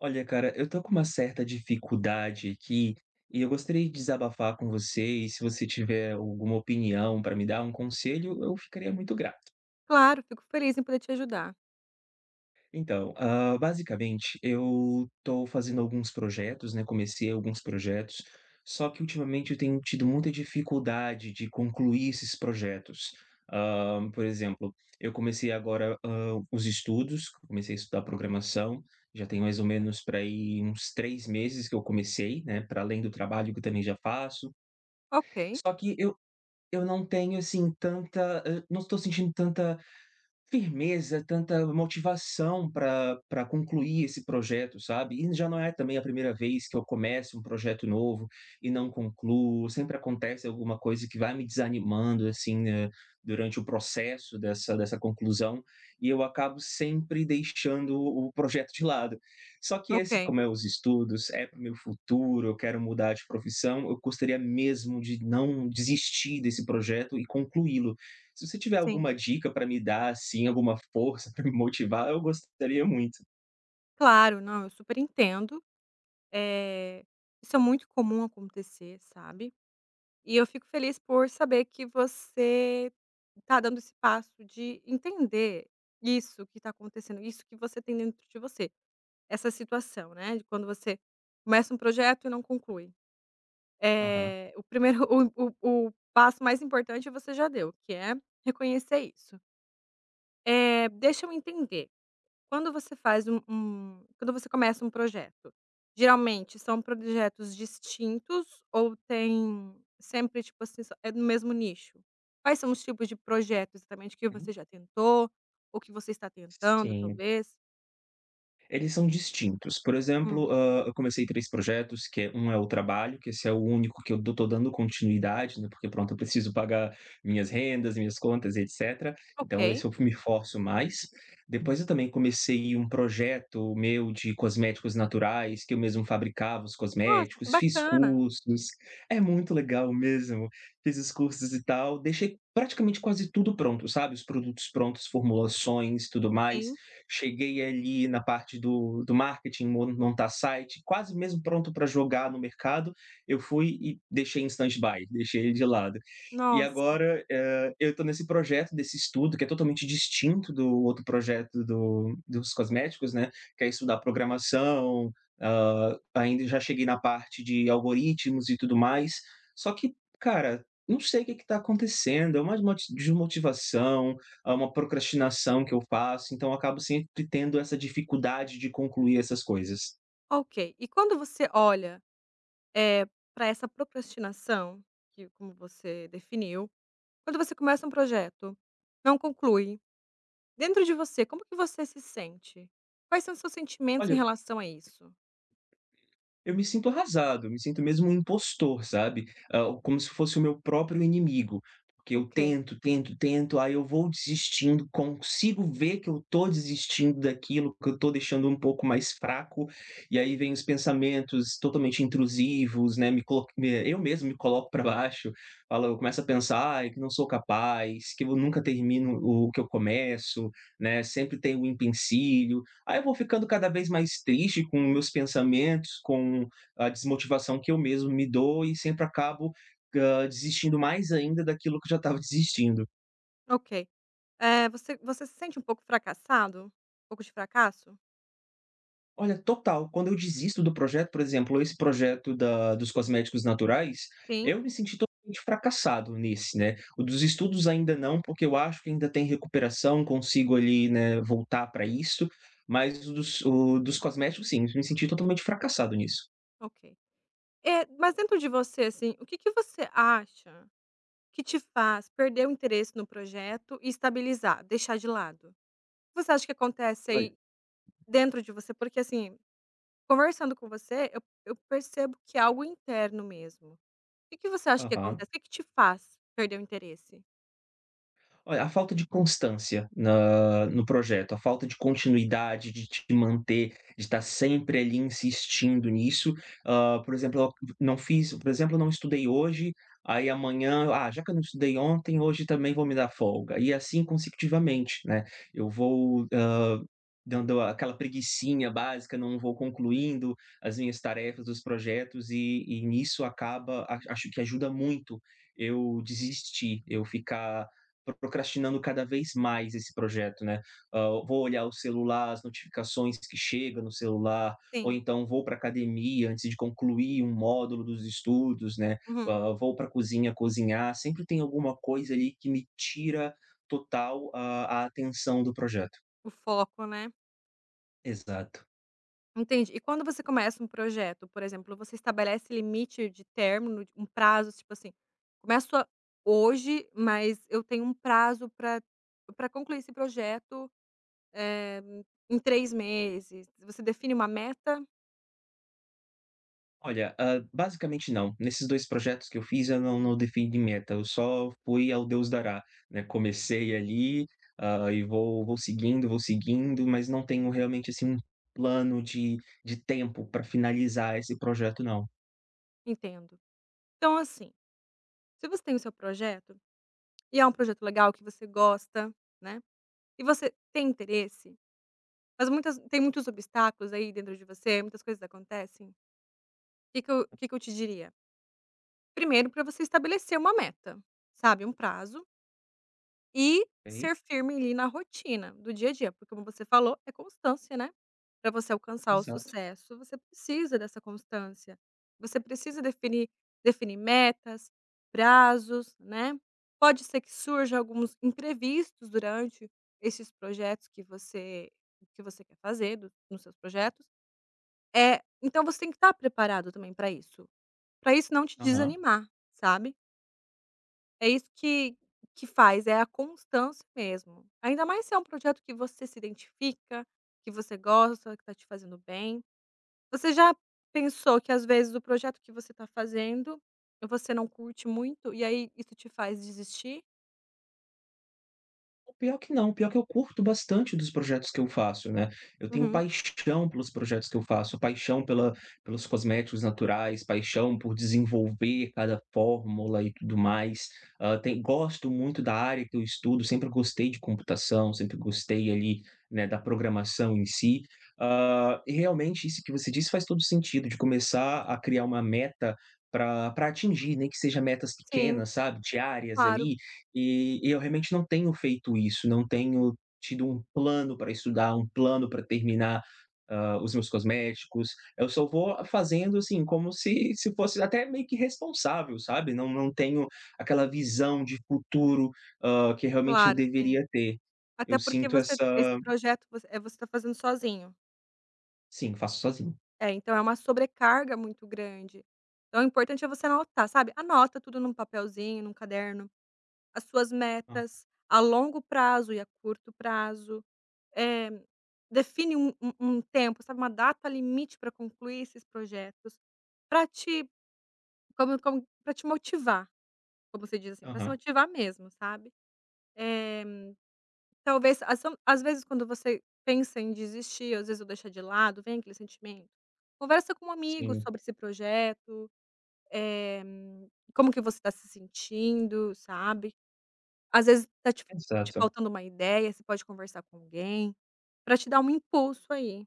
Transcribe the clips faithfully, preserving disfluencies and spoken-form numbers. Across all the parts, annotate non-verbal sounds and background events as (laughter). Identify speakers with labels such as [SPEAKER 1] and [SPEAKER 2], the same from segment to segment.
[SPEAKER 1] Olha, cara, eu tô com uma certa dificuldade aqui e eu gostaria de desabafar com você. E se você tiver alguma opinião para me dar um conselho, eu ficaria muito grato.
[SPEAKER 2] Claro, fico feliz em poder te ajudar.
[SPEAKER 1] Então, hã, basicamente, eu estou fazendo alguns projetos, né, comecei alguns projetos, só que ultimamente eu tenho tido muita dificuldade de concluir esses projetos. Hã, por exemplo, eu comecei agora, hã, os estudos, comecei a estudar programação, já tem mais ou menos para aí uns três meses que eu comecei, né. Para além do trabalho que eu também já faço.
[SPEAKER 2] Ok,
[SPEAKER 1] Só que eu eu não tenho, assim, tanta hã, não estou sentindo tanta firmeza, tanta motivação para para concluir esse projeto, sabe. E já não é também a primeira vez que eu começo um projeto novo e não concluo, sempre acontece alguma coisa que vai me desanimando, assim, né, durante o processo dessa dessa conclusão, e eu acabo sempre deixando o projeto de lado. Só que esse,
[SPEAKER 2] ok,
[SPEAKER 1] como é os estudos, é para o meu futuro, eu quero mudar de profissão, eu gostaria mesmo de não desistir desse projeto e concluí-lo. Se você tiver
[SPEAKER 2] sim.
[SPEAKER 1] alguma dica para me dar, assim, alguma força (laughs) para me motivar, eu gostaria muito.
[SPEAKER 2] Claro, não, eu super entendo. Eh, isso é muito comum acontecer, sabe. E eu fico feliz por saber que você tá dando esse passo de entender isso que tá acontecendo, isso que você tem dentro de você, essa situação, né, de quando você começa um projeto e não conclui.
[SPEAKER 1] Aham.
[SPEAKER 2] Eh, o primeiro (laughs) o o o passo mais importante você já deu, que é reconhecer isso. Eh, deixa eu entender. Quando você faz um um quando você começa um projeto, geralmente são projetos distintos ou tem sempre, tipo assim, só é no mesmo nicho? Quais são os tipos de projetos exatamente que
[SPEAKER 1] Hum,
[SPEAKER 2] você já tentou ou que você está tentando,
[SPEAKER 1] sim.
[SPEAKER 2] talvez?
[SPEAKER 1] Eles são distintos. Por
[SPEAKER 2] Hum,
[SPEAKER 1] exemplo, hã, eu comecei três projetos, que é um é o trabalho, que esse é o único que eu do tô dando continuidade, né, porque pronto, eu preciso pagar minhas rendas, minhas contas e et cetera. Então
[SPEAKER 2] ok.
[SPEAKER 1] esse eu me forço mais. Depois eu também comecei um projeto meu de cosméticos naturais, que eu mesmo fabricava os
[SPEAKER 2] Nossa, que
[SPEAKER 1] cosméticos, fiz
[SPEAKER 2] bacana.
[SPEAKER 1] cursos, é muito legal mesmo. Fiz os cursos e tal, deixei praticamente quase tudo pronto, sabe, os produtos prontos, formulações, tudo mais,
[SPEAKER 2] Sim,
[SPEAKER 1] cheguei ali na parte do, do marketing, mon- montar site, quase mesmo pronto para jogar no mercado, eu fui e deixei em stand-by, deixei ele de lado. E
[SPEAKER 2] nossa.
[SPEAKER 1] agora eh, eu estou nesse projeto desse estudo, que é totalmente distinto do outro projeto do, dos cosméticos, né? Que é estudar programação, ah, ainda já cheguei na parte de algoritmos e tudo mais. Só que, cara, não sei o que está acontecendo, é uma desmo- desmotivação, a uma procrastinação que eu faço, então eu acabo sempre tendo essa dificuldade de concluir essas coisas.
[SPEAKER 2] Ok, e quando você olha, para pra essa procrastinação, que como você definiu, quando você começa um projeto, não conclui. Dentro de você, como que você se sente? Quais são os seus sentimentos em
[SPEAKER 1] Olha,
[SPEAKER 2] relação a isso?
[SPEAKER 1] eu me sinto arrasado, eu me sinto mesmo um impostor, sabe. Hã, como se fosse o meu próprio inimigo, porque eu
[SPEAKER 2] Ok,
[SPEAKER 1] tento, tento, tento, aí eu vou desistindo, consigo ver que eu tô desistindo daquilo, que eu tô deixando um pouco mais fraco, e aí vem os pensamentos totalmente intrusivos, né, me colo me eu mesmo me coloco para baixo, falo eu começo a pensar: "Ai, que não sou capaz, que eu nunca termino o que eu começo", né, sempre tem o empecilho. Aí eu vou ficando cada vez mais triste com meus pensamentos, com a desmotivação que eu mesmo me dou e sempre acabo, hã, desistindo mais ainda daquilo que eu já estava desistindo.
[SPEAKER 2] ok. Eh, você você se sente um pouco fracassado? Um pouco de fracasso?
[SPEAKER 1] Olha, total, quando eu desisto do projeto, por exemplo, esse projeto da dos cosméticos naturais,
[SPEAKER 2] Sim?
[SPEAKER 1] eu me senti totalmente fracassado nesse, né. O dos estudos ainda não, porque eu acho que ainda tem recuperação, consigo ali, né, voltar para isso, mas o dos o dos cosméticos sim, me senti totalmente fracassado nisso.
[SPEAKER 2] Ok. Eh, mas dentro de você, assim, o que que você acha que te faz perder o interesse no projeto e estabilizar, deixar de lado? O que você acha que acontece
[SPEAKER 1] Ai.
[SPEAKER 2] aí dentro de você? Porque, assim, conversando com você, eu eu percebo que é algo interno mesmo. O que que você acha que
[SPEAKER 1] Aham.
[SPEAKER 2] acontece? O que que te faz perder o interesse?
[SPEAKER 1] Olha, a falta de constância na no projeto, a falta de continuidade, de te manter, de estar sempre ali insistindo nisso. Hã, por exemplo, eu não fiz por exemplo, eu não estudei hoje, aí amanhã: "Ah, já que eu não estudei ontem, hoje também vou me dar folga". E assim consecutivamente, né. Eu vou dando aquela preguicinha básica, não vou concluindo as minhas tarefas, os projetos e e nisso acaba a acho que ajuda muito eu desistir, eu ficar procrastinando cada vez mais esse projeto, né. Hã, vou olhar o celular, as notificações que chega no celular, ou
[SPEAKER 2] Sim.
[SPEAKER 1] então vou para academia antes de concluir um módulo dos estudos, né,
[SPEAKER 2] Uhum.
[SPEAKER 1] hã, vou pra cozinha cozinhar, sempre tem alguma coisa ali que me tira total a a atenção do projeto.
[SPEAKER 2] O foco, né.
[SPEAKER 1] Exato.
[SPEAKER 2] Entendi. E quando você começa um projeto, por exemplo, você estabelece limite de término, de um prazo, tipo assim: "Começo a hoje, mas eu tenho um prazo para para concluir esse projeto em três meses". Você define uma meta?
[SPEAKER 1] Olha, hã, basicamente não. Nesses dois projetos que eu fiz, eu não não defini meta, eu só fui ao Deus dará, né. Comecei ali, hã, e vou vou seguindo, vou seguindo, mas não tenho realmente, assim, um plano de de tempo para finalizar esse projeto não.
[SPEAKER 2] Entendo. Então, assim, se você tem o seu projeto, e é um projeto legal que você gosta, né. E você tem interesse, mas muitas tem muitos obstáculos aí dentro de você, muitas coisas acontecem. O que que eu o que que eu te diria? Primeiro, para você estabelecer uma meta, sabe, um prazo. E
[SPEAKER 1] Ok?
[SPEAKER 2] ser firme ali na rotina do dia a dia, porque como você falou, é constância, né. Para você alcançar o
[SPEAKER 1] Exato.
[SPEAKER 2] sucesso, você precisa dessa constância. Você precisa definir definir metas, prazos, né. Pode ser que surjam alguns imprevistos durante esses projetos que você que você quer fazer do nos seus projetos. É então você tem que estar preparado também para isso, para isso não te
[SPEAKER 1] Aham.
[SPEAKER 2] desanimar, sabe? É isso que que faz, é a constância mesmo. Ainda mais se é um projeto que você se identifica, que você gosta, que está te fazendo bem. Você já pensou que às vezes o projeto que você está fazendo, você não curte muito e aí isso te faz desistir?
[SPEAKER 1] O pior que não, o pior que eu curto bastante dos projetos que eu faço, né. Eu tenho
[SPEAKER 2] Uhum.
[SPEAKER 1] paixão pelos projetos que eu faço, paixão pela pelos cosméticos naturais, paixão por desenvolver cada fórmula e tudo mais. Hã, tem Gosto muito da área que eu estudo, sempre gostei de computação, sempre gostei ali, né, da programação em si. Hã, e realmente isso que você disse faz todo sentido, de começar a criar uma meta para pra atingir, nem que seja metas
[SPEAKER 2] Sim,
[SPEAKER 1] pequenas, sabe, diárias
[SPEAKER 2] claro,
[SPEAKER 1] ali, e e eu realmente não tenho feito isso, não tenho tido um plano para estudar, um plano para terminar, hã, os meus cosméticos. Eu só vou fazendo, assim, como se se fosse até meio que responsável, sabe. Não não tenho aquela visão de futuro, hã, que realmente eu
[SPEAKER 2] claro, sim.
[SPEAKER 1] deveria ter. Eu
[SPEAKER 2] Até porque
[SPEAKER 1] sinto
[SPEAKER 2] você
[SPEAKER 1] essa,
[SPEAKER 2] esse projeto você eh, você tá fazendo sozinho.
[SPEAKER 1] sim, faço sozinho.
[SPEAKER 2] É, então é uma sobrecarga muito grande. Então o importante é você anotar, sabe, anota tudo num papelzinho, num caderno. As suas
[SPEAKER 1] Ah,
[SPEAKER 2] metas a longo prazo e a curto prazo. Eh, Define um um um tempo, sabe, uma data limite para concluir esses projetos, para te como como pra te motivar, como você diz assim, para se
[SPEAKER 1] aham,
[SPEAKER 2] motivar mesmo, sabe. Eh, talvez às são às vezes quando você pensa em desistir, às vezes, eu deixar de lado, vem aquele sentimento. Conversa com um amigo
[SPEAKER 1] sim,
[SPEAKER 2] sobre esse projeto, eh, como que você está se sentindo, sabe. Às vezes tá te te
[SPEAKER 1] exato.
[SPEAKER 2] faltando uma ideia, você pode conversar com alguém, pra te dar um impulso aí.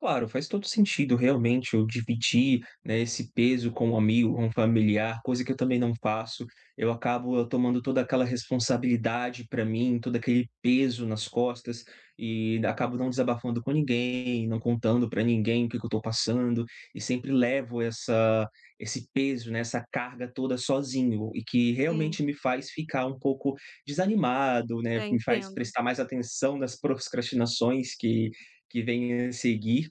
[SPEAKER 1] Claro, faz todo sentido realmente eu dividir, né, esse peso com um amigo, com um familiar, coisa que eu também não faço. Eu acabo eu tomando toda aquela responsabilidade para mim, todo aquele peso nas costas e acabo não desabafando com ninguém, não contando para ninguém o que que eu estou passando e sempre levo essa, esse peso, né, essa carga toda sozinho e que
[SPEAKER 2] Sim,
[SPEAKER 1] realmente me faz ficar um pouco desanimado, né,
[SPEAKER 2] é,
[SPEAKER 1] me faz
[SPEAKER 2] entendo.
[SPEAKER 1] prestar mais atenção nas procrastinações que que vêm a seguir.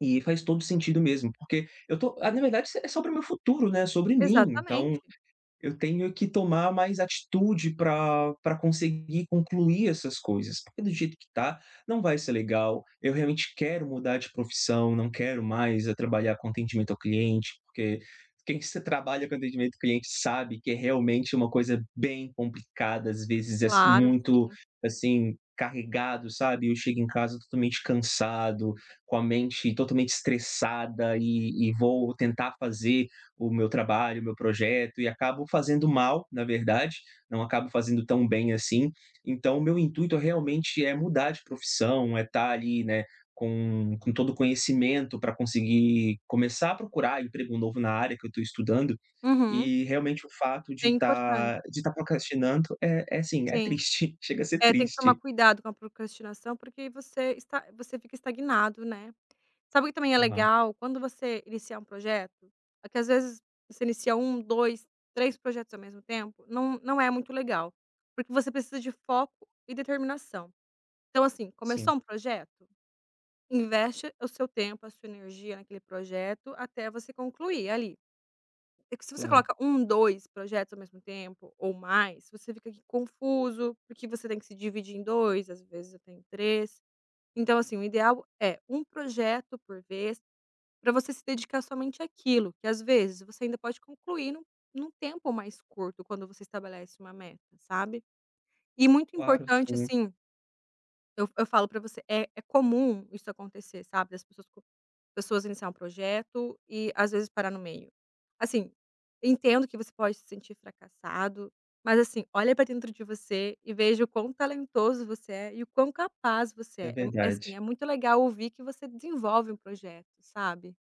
[SPEAKER 1] E faz todo sentido mesmo, porque eu tô ah, na verdade, é sobre o meu futuro, né, sobre mim, então,
[SPEAKER 2] Exatamente.
[SPEAKER 1] eu tenho que tomar mais atitude para para conseguir concluir essas coisas, porque do jeito que tá, não vai ser legal. Eu realmente quero mudar de profissão, não quero mais, eh, trabalhar com atendimento ao cliente, porque quem se trabalha com atendimento ao cliente sabe que é realmente uma coisa bem complicada, às vezes é s
[SPEAKER 2] Claro,
[SPEAKER 1] muito,
[SPEAKER 2] sim.
[SPEAKER 1] assim, carregado, sabe. Eu chego em casa totalmente cansado, com a mente totalmente estressada e e vou tentar fazer o meu trabalho, o meu projeto e acabo fazendo mal, na verdade, não acabo fazendo tão bem assim. Então, o meu intuito realmente é mudar de profissão, é estar ali, né, com, com todo o conhecimento para conseguir começar a procurar emprego novo na área que eu estou estudando.
[SPEAKER 2] Uhum.
[SPEAKER 1] E realmente o fato
[SPEAKER 2] É
[SPEAKER 1] de
[SPEAKER 2] importante.
[SPEAKER 1] estar de estar procrastinando é, é assim, é
[SPEAKER 2] Sim.
[SPEAKER 1] triste, (laughs) chega a ser
[SPEAKER 2] É, tem que tomar
[SPEAKER 1] triste.
[SPEAKER 2] cuidado com a procrastinação, porque você está você fica estagnado, né. Sabe o que também é
[SPEAKER 1] Aham,
[SPEAKER 2] legal? Quando você iniciar um projeto, é que às vezes você inicia um, dois, três projetos ao mesmo tempo, não não é muito legal, porque você precisa de foco e determinação. Então assim,
[SPEAKER 1] sim,
[SPEAKER 2] começou um projeto. Investe o seu tempo, a sua energia naquele projeto até você concluir ali. É que se você
[SPEAKER 1] claro,
[SPEAKER 2] coloca um, dois projetos ao mesmo tempo ou mais, você fica aqui confuso, porque você tem que se dividir em dois, às vezes até em três. Então, assim, o ideal é um projeto por vez, para você se dedicar somente àquilo, que às vezes você ainda pode concluir num num tempo mais curto quando você estabelece uma meta, sabe. E muito
[SPEAKER 1] claro,
[SPEAKER 2] importante,
[SPEAKER 1] sim,
[SPEAKER 2] assim, eu eu falo para você, é é comum isso acontecer, sabe, das pessoas pessoas iniciar um projeto e às vezes parar no meio. Assim, entendo que você pode se sentir fracassado, mas assim, olha para dentro de você e veja o quão talentoso você é e o quão capaz você
[SPEAKER 1] é
[SPEAKER 2] é. É mu É assim,
[SPEAKER 1] verdade.
[SPEAKER 2] é muito legal ouvir que você desenvolve um projeto, sabe.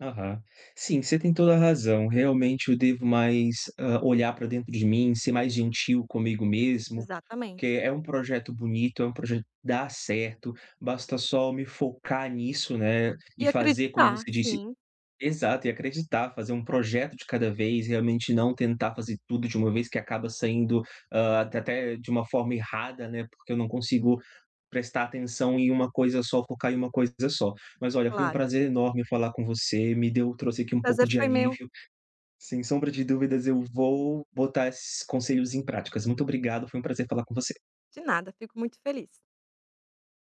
[SPEAKER 1] Aham. Sim, você tem toda a razão. Realmente eu devo mais, hã, olhar para dentro de mim, ser mais gentil comigo mesmo, porque
[SPEAKER 2] Exatamente.
[SPEAKER 1] é um projeto bonito, é um projeto que dá certo, basta só me focar nisso, né, e
[SPEAKER 2] E
[SPEAKER 1] fazer como
[SPEAKER 2] acreditar,
[SPEAKER 1] você disse,
[SPEAKER 2] sim,
[SPEAKER 1] exato, e acreditar, fazer um projeto de cada vez, realmente não tentar fazer tudo de uma vez que acaba saindo, hã, até até de uma forma errada, né, porque eu não consigo prestar atenção em uma coisa só, focar em uma coisa só. Mas olha, foi um
[SPEAKER 2] claro.
[SPEAKER 1] prazer enorme falar com você, me deu trouxe aqui
[SPEAKER 2] O
[SPEAKER 1] um pouco
[SPEAKER 2] prazer
[SPEAKER 1] de
[SPEAKER 2] foi meu.
[SPEAKER 1] alívio. Sem sombra de dúvidas, eu vou botar esses conselhos em práticas. Muito obrigado, foi um prazer falar com você.
[SPEAKER 2] De nada, fico muito feliz.